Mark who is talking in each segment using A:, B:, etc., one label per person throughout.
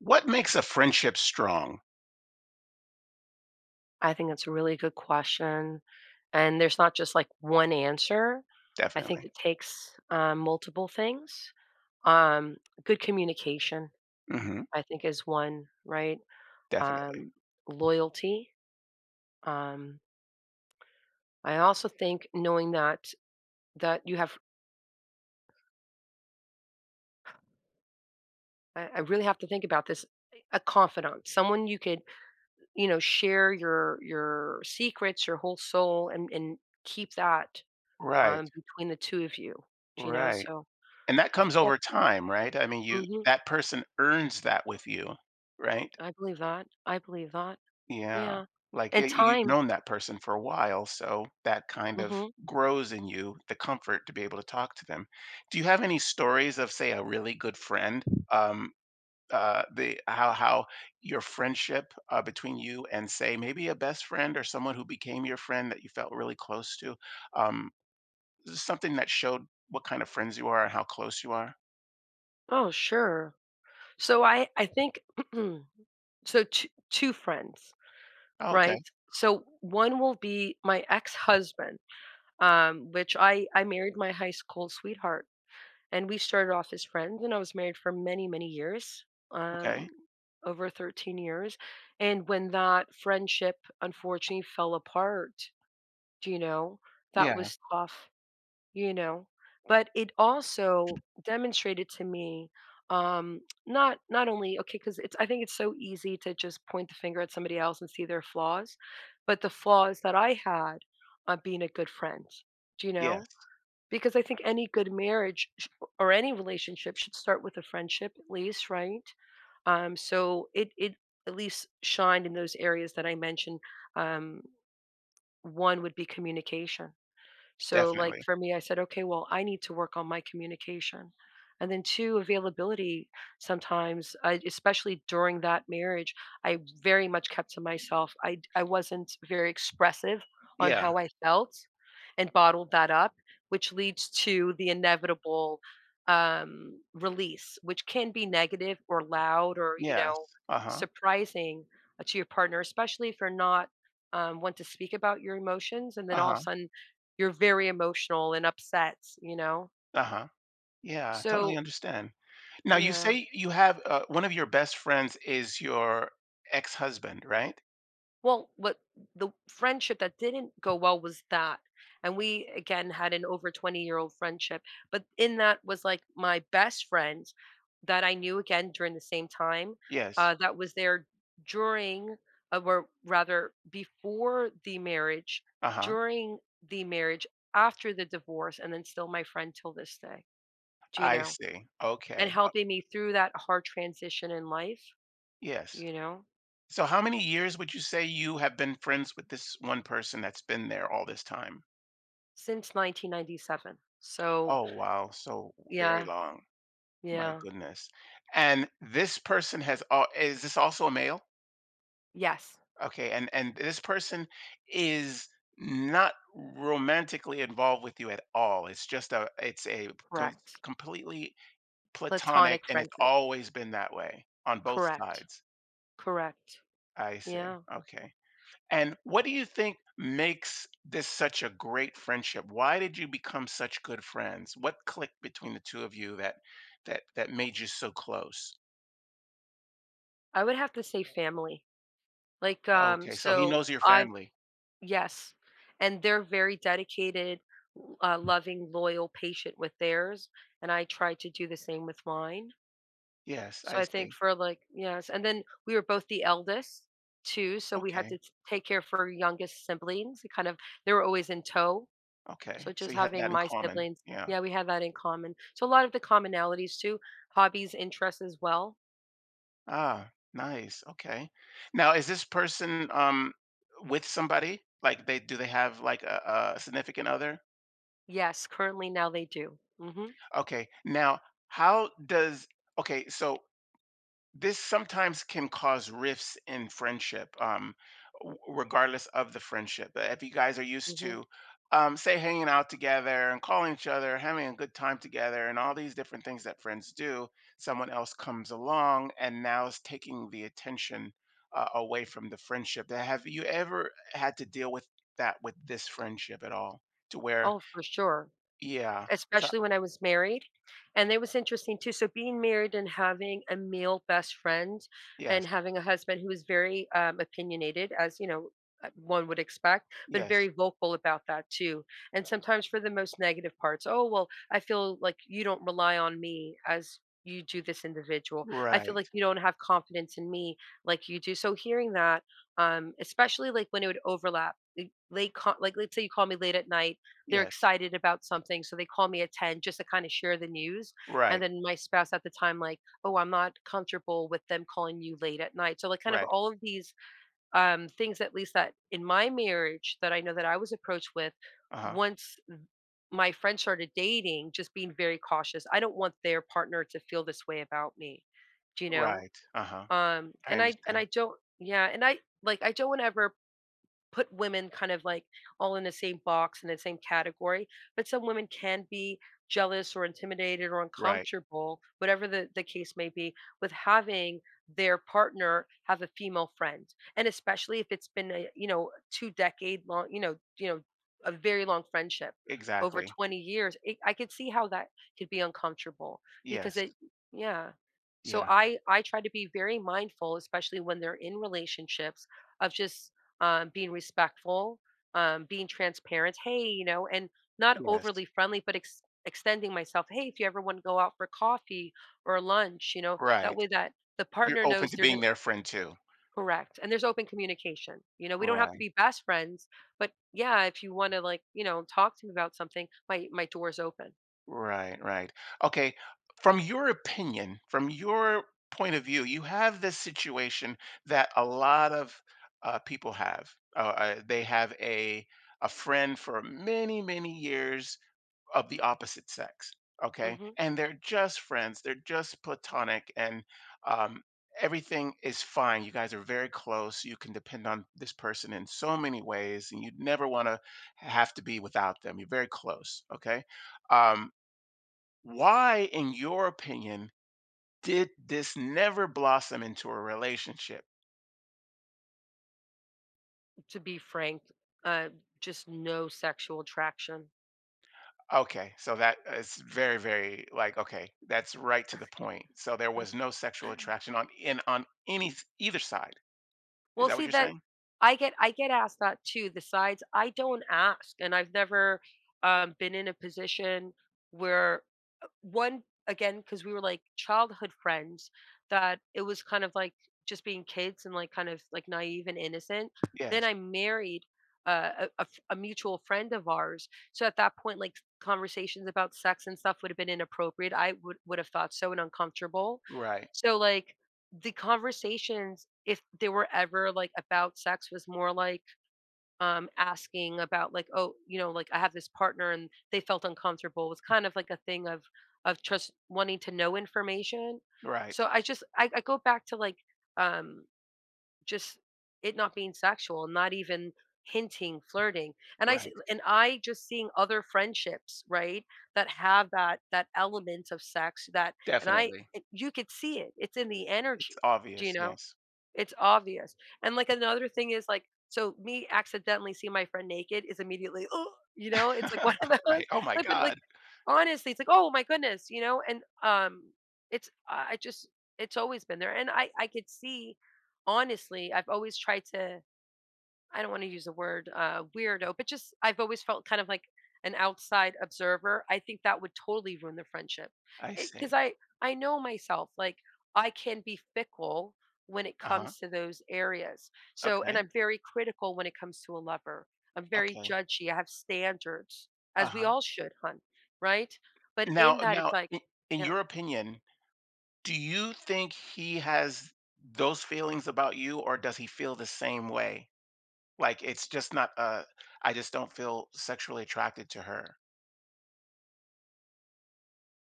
A: What makes a friendship strong?
B: I think it's a really good question, and there's not just, like, one answer. I think
A: Definitely.
B: it takes, multiple things. Um, Good communication,
A: Mhm.
B: I think, is one, right?
A: Definitely.
B: Um, Loyalty. Um, I also think knowing that that you have I really have to think about this, a confidant, someone you could, you know, share your secrets, your whole soul, and keep that,
A: Right,
B: between the two of you, do you know?
A: right.
B: So
A: And that
B: I
A: comes
B: forget.
A: over time, right? I mean, you
B: Mhm.
A: that person earns that with you, right?
B: I believe that. I believe that.
A: Yeah.
B: Yeah.
A: Like, y
B: And
A: you've
B: time.
A: known that person for a while, so that kind of
B: Mhm.
A: grows in you the comfort to be able to talk to them. Do you have any stories of, say, a really good friend, um, the how your friendship, between you and, say, maybe a best friend or someone who became your friend that you felt really close to, um, something that showed what kind of friends you are and how close you are.
B: Oh, sure. So I think so two friends,
A: Oh, okay,
B: right? So one will be my ex-husband, which I married my high school sweetheart, and we started off as friends, and I was married for many many years, um,
A: okay,
B: over 13 years, and when that friendship unfortunately fell apart, do you know, that
A: yeah,
B: was tough. you know but it also demonstrated to me, um not only okay, because it's, I think it's so easy to just point the finger at somebody else and see their flaws, but the flaws that I had on being a good friend, do you know,
A: yes,
B: because I think any good marriage or any relationship should start with a friendship, at least, right? So it at least shined in those areas that I mentioned. um One would be communication. So, like,
A: definitely,
B: for me, I said, okay, well, I need to work on my communication. And then two, availability. Sometimes, I, especially during that marriage, I very much kept to myself. I wasn't very expressive on
A: yeah,
B: how I felt, and bottled that up, which leads to the inevitable, release, which can be negative or loud or,
A: yes, uh huh,
B: surprising, to your partner, especially if you're not, want to speak about your emotions, and then
A: uh
B: all of
A: huh,
B: a sudden you're very emotional and upset, you know?
A: uh huh. Yeah, totally
B: So,
A: understand. Now, you
B: yeah.
A: say you have, one of your best friends is your ex-husband, right?
B: Well, what the friendship that didn't go well was that. And we again had an over 20-year-old friendship, but in that was like my best friend that I knew again during the same time,
A: Yes.
B: that was there during, or rather before the marriage,
A: Uh-huh.
B: during the marriage, after the divorce, and then still my friend till this day. Do you
A: I
B: know?
A: see.
B: And
A: Okay.
B: helping me through that hard transition in life,
A: Yes.
B: you know,
A: So how many years would you say you have been friends with this one person that's been there all this time?
B: since 1997. So,
A: Oh, wow. So very
B: yeah,
A: long. My
B: yeah.
A: goodness. And this person, has all is this also a male?
B: Yes,
A: Okay. And this person is not romantically involved with you at all. It's just a it's a com-
B: correct.
A: completely platonic,
B: Platonic
A: and it's
B: friendship.
A: always been that way on both
B: Correct.
A: sides.
B: Correct.
A: I see.
B: Yeah.
A: Okay. And what do you think makes this such a great friendship? Why did you become such good friends? What clicked between the two of you that made you so close?
B: I would have to say family. Like,
A: Okay, so he
B: so
A: knows your
B: I,
A: family.
B: yes. And they're very dedicated, loving, loyal, patient with theirs. And I try to do the same with mine.
A: Yes, I
B: So I
A: see.
B: think for, like, yes, and then we were both the eldest too, so we had
A: Okay,
B: to take care for youngest siblings. We kind of, they were always in tow.
A: okay.
B: So
A: So
B: just
A: you had that
B: having
A: in
B: my
A: common.
B: siblings,
A: Yeah.
B: yeah, we had that in common. So a lot of the commonalities too, hobbies, interests as well.
A: Ah, nice. Okay. Now, is this person with somebody? Like, they do they have, like, a significant other?
B: Yes, currently now they do. Mhm.
A: Okay. Now, how does okay, so this sometimes can cause rifts in friendship, regardless of the friendship. But if you guys are used
B: Mhm.
A: to, say, hanging out together and calling each other, having a good time together, and all these different things that friends do, someone else comes along and now is taking the attention, away from the friendship. Have you ever had to deal with that with this friendship at all? To where,
B: Oh, for sure.
A: yeah, so,
B: Especially when I was married, and it was interesting too, so being married and having a male best friend,
A: yes,
B: and having a husband who was very, opinionated, as, you know, one would expect, but
A: yes,
B: very vocal about that too, and sometimes for the most negative parts, "Oh, well, I feel like you don't rely on me as you do this individual. I feel
A: right,
B: like you don't have confidence in me like you do." So hearing that, especially, like, when it would overlap, l late ca like, let's say you call me late at night, they're
A: yes,
B: excited about something, so they call me at 10 just to kind of share the news. And
A: right,
B: then my spouse at the time, like, oh, I'm not comfortable with them calling you late at night. So, like, kind of
A: right,
B: all of these, things, at least that, in my marriage, that I know that I was approached with
A: uh huh,
B: once my friend started dating, just being very cautious. I don't want their partner to feel this way about me. Do you know?
A: right, uh huh. I
B: And I,
A: understand.
B: don't, yeah, and I, like, I don't want to ever put women kind of like all in the same box, in the same category, but some women can be jealous or intimidated or
A: Right.
B: uncomfortable, whatever the case may be, with having their partner have a female friend, and especially if it's been a, two decade long, a very long friendship, over
A: Exactly.
B: 20 years. It, I could see how that could be uncomfortable, because
A: Yes.
B: it yeah so
A: Yeah.
B: I try to be very mindful, especially when they're in relationships, of just, being respectful, being transparent. Hey, you know, and not
A: Yes.
B: overly friendly, but extending myself. Hey, if you ever want to go out for coffee or lunch, you know, that
A: Right.
B: way that the
A: You're
B: partner
A: open
B: knows
A: to
B: there's an
A: being their friend too.
B: correct, and there's open communication. You know, we don't have to
A: Right.
B: be best friends, but yeah, if you want to, like, you know, talk to me about something, my door's open.
A: Right. Right. Okay. From your opinion, from your point of view, you have this situation that a lot of, people have. They have a friend for many many years of the opposite sex. Okay.
B: Hmm.
A: And they're just friends. They're just platonic. And, um, everything is fine. You guys are very close. You can depend on this person in so many ways. And you'd never want to have to be without them. You're very close. Okay. Um, why, in your opinion, did this never blossom into a relationship?
B: To be frank, uh, just no sexual attraction.
A: Okay, so that is very, very, like, okay, that's right to the point. So there was no sexual attraction on any either side. Is
B: Well,
A: that what
B: see
A: you're
B: that,
A: saying?
B: I get asked that too, the sides. I don't ask, and I've never, been in a position where, one, again, because we were like childhood friends, that it was kind of like just being kids and, like, kind of like naive and innocent. Then
A: Yes.
B: I married, a mutual friend of ours, so at that point, like, conversations about sex and stuff would have been inappropriate. I would have thought so, and uncomfortable.
A: Right.
B: So, like, the conversations, if they were ever, like, about sex, was more like, asking about, like, oh, you know, like, I have this partner and they felt uncomfortable, was kind of like a thing of just wanting to know information,
A: Right.
B: so I go back to, like, um just it not being sexual, not even hinting, flirting, and i s-
A: Right.
B: and i just, seeing other friendships, right, that have that element of sex that, and I,
A: Definitely.
B: you could see it, it's in the
A: It's
B: energy, do you
A: obvious,
B: know,
A: yes.
B: it's obvious. And, like, another thing is, like, so me accidentally seeing my friend naked is immediately, "Oh," you know? It's like one of
A: Right.
B: those,
A: Oh my
B: like, but, like,
A: god.
B: honestly, it's like, "Oh my goodness," you know? And, it's, I just, it's always been there, and I could see, honestly, I've always tried to, I don't want to use the word, weirdo, but just, I've always felt kind of like an outside observer. I think that would totally ruin the friendship
A: I see.
B: because I know myself, like, I can be fickle when it
A: Uh-huh.
B: comes to those areas. So, and
A: Okay.
B: I'm very critical when it comes to a lover. I'm very
A: Okay.
B: judgy. I have standards, as we
A: Uh-huh.
B: all should, hun, right? But
A: Now
B: in that, it's
A: now
B: like,
A: i in
B: yeah,
A: your opinion, do you think he has those feelings about you, or does he feel the same way? Like, it's just not, "I just don't feel sexually attracted to her."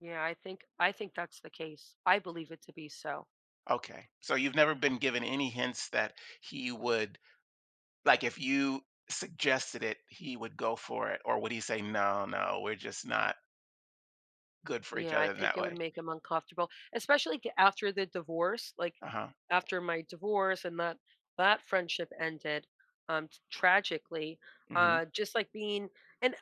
B: yeah, I think that's the case. I believe it to be so.
A: Okay. So you've never been given any hints that he would Like, if you suggested it, he would go for it, or would he say, "No, no, we're just not good for each
B: Yeah, I
A: other in
B: think
A: that
B: it would
A: way?"
B: make him uncomfortable, especially after the divorce. Like,
A: Uh-huh.
B: after my divorce and that that friendship ended, tragically.
A: Mhm.
B: Just like being, and,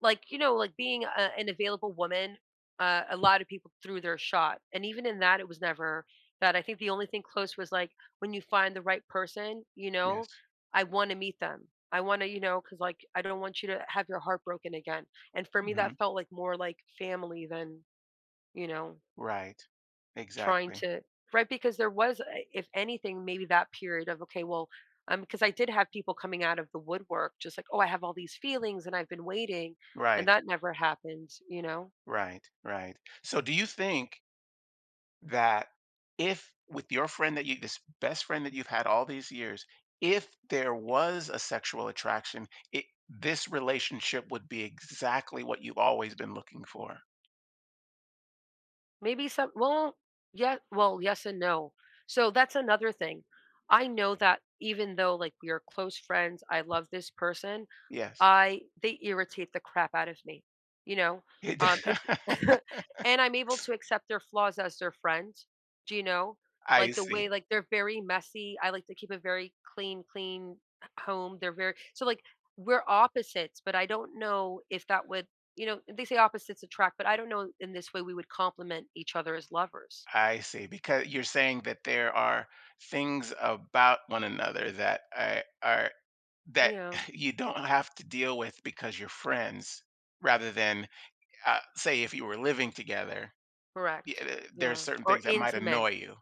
B: like, you know, like being a, an available woman. A lot of people threw their shot, and even in that, it was never that. I think the only thing close was like, when you find the right person. You know,
A: Yes.
B: I want to meet them. I want to, you know, because, like, I don't want you to have your heart broken again. And for me,
A: Mhm.
B: that felt like more like family than, you know,
A: Right.
B: trying
A: Exactly.
B: to, right, because there was if anything, maybe that period of, okay, well, because I did have people coming out of the woodwork just like, "Oh, I have all these feelings and I've been waiting." And
A: Right,
B: that never happened, you know.
A: right, right. So, do you think that, if with your friend that you this best friend that you've had all these years, if there was a sexual attraction, it this relationship would be exactly what you've always been looking for?
B: Maybe some well, yeah, well, yes and no. So that's another thing. I know that, even though, like, we are close friends, I love this person,
A: Yes.
B: I, they irritate the crap out of me, you know?
A: It
B: It and I'm able to accept their flaws as their friend. Do you know?
A: I
B: Like the
A: see.
B: way, like, they're very messy. I like to keep a very clean, clean home. They're very, so like, we're opposites, but I don't know if that would, you know, they say opposites attract, but I don't know in this way we would complement each other as lovers.
A: I see, because you're saying that there are things about one another that are that
B: Yeah,
A: you don't have to deal with because you're friends, rather than, say, if you were living together, y
B: correct.
A: there are
B: Yeah.
A: certain
B: Or
A: things that might
B: intimate.
A: annoy you.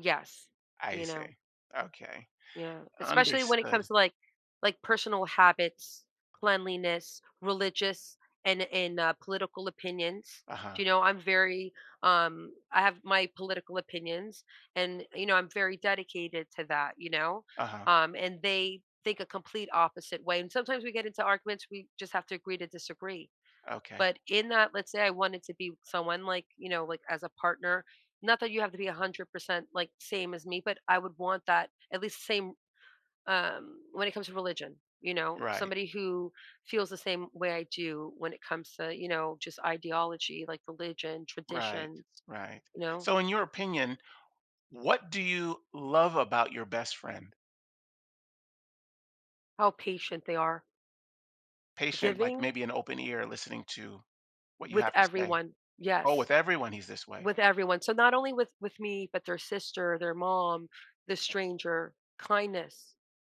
B: Yes.
A: I
B: You know.
A: see. Okay.
B: Yeah, especially when it
A: Understood.
B: comes to, like, personal habits, cleanliness, religious, and political opinions.
A: Uh-huh,
B: Do you know, I'm very, I have my political opinions, and you know, I'm very dedicated to that, you know.
A: uh-huh.
B: And they think a complete opposite way. And sometimes we get into arguments, we just have to agree to disagree.
A: Okay.
B: But in that, let's say I wanted to be with someone, like, you know, like as a partner, not that you have to be 100% like same as me, but I would want that at least same, when it comes to religion. You know,
A: Right,
B: somebody who feels the same way I do when it comes to, you know, just ideology, like religion,
A: right,
B: traditions,
A: right.
B: you know.
A: So in your opinion, what do you love about your best friend?
B: How patient they are,
A: Patient, like
B: giving
A: maybe an open ear listening to what you
B: with
A: have to say.
B: everyone.
A: Oh,
B: Yes,
A: with everyone he's this way.
B: with everyone. So not only with me, but their sister, their mom, the stranger, kindness,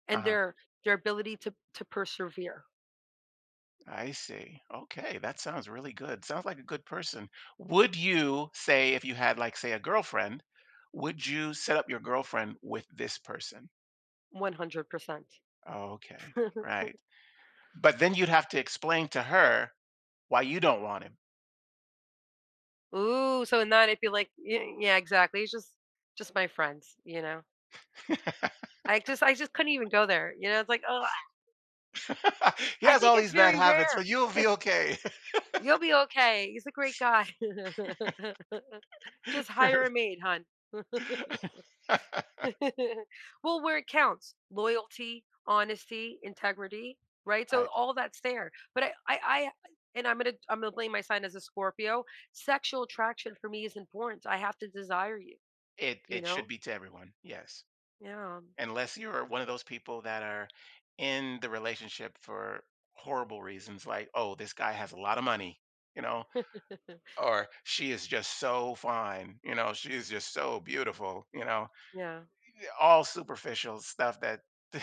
B: and
A: Uh-huh.
B: their ability to persevere.
A: I see. Okay, that sounds really good. Sounds like a good person. Would you say, if you had, like, say a girlfriend, would you set up your girlfriend with this person?
B: 100%.
A: Okay. Right. But then you'd have to explain to her why you don't want him.
B: Ooh, so in that, it'd be like, yeah, exactly. It's just my friends, you know. I just couldn't even go there, you know, it's like, "Oh,
A: He
B: I
A: has
B: think
A: all
B: it's
A: these bad
B: very
A: habits,
B: rare.
A: but you'll be
B: It's
A: okay.
B: you'll be okay. He's a great guy. Just hire a maid, hon." Well, where it counts, loyalty, honesty, integrity, right? So
A: Right.
B: all that's there. But I I'm gonna blame my sign as a Scorpio. Sexual attraction for me is important. I have to desire you,
A: It
B: you
A: it should
B: know?
A: be to everyone. Yes.
B: Yeah.
A: Unless you're one of those people that are in the relationship for horrible reasons, like, oh, this guy has a lot of money you know or she is just so fine, she is just so beautiful,
B: Yeah,
A: all superficial stuff that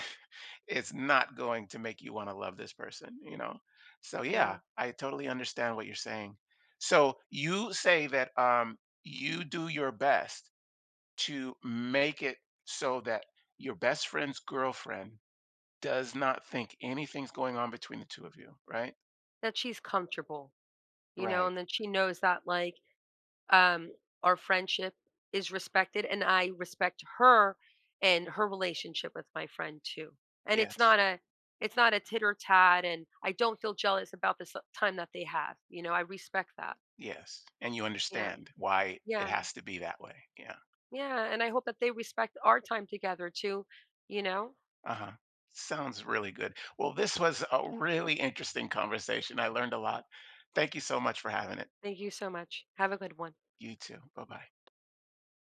A: it's not going to make you want to love this person. So,
B: yeah.
A: yeah, I totally understand what you're saying. So you say that, you do your best to make it so that your best friend's girlfriend does not think anything's going on between the 2 of you, right?
B: That she's comfortable, you know,
A: Right.
B: and then she knows that, like, um, our friendship is respected, and I respect her and her relationship with my friend too. And
A: Yes.
B: it's not a titter tat, and I don't feel jealous about this, time that they have. You know, I respect that.
A: Yes. And you
B: Yeah.
A: understand why it
B: Yeah.
A: has to be that way. Yeah.
B: Yeah. And I hope that they respect our time together too, you know.
A: Uh-huh. Sounds really good. Well, this was a really interesting conversation. I learned a lot. Thank you so much for having it.
B: Thank you so much. Have a good one.
A: You too. Bye-bye.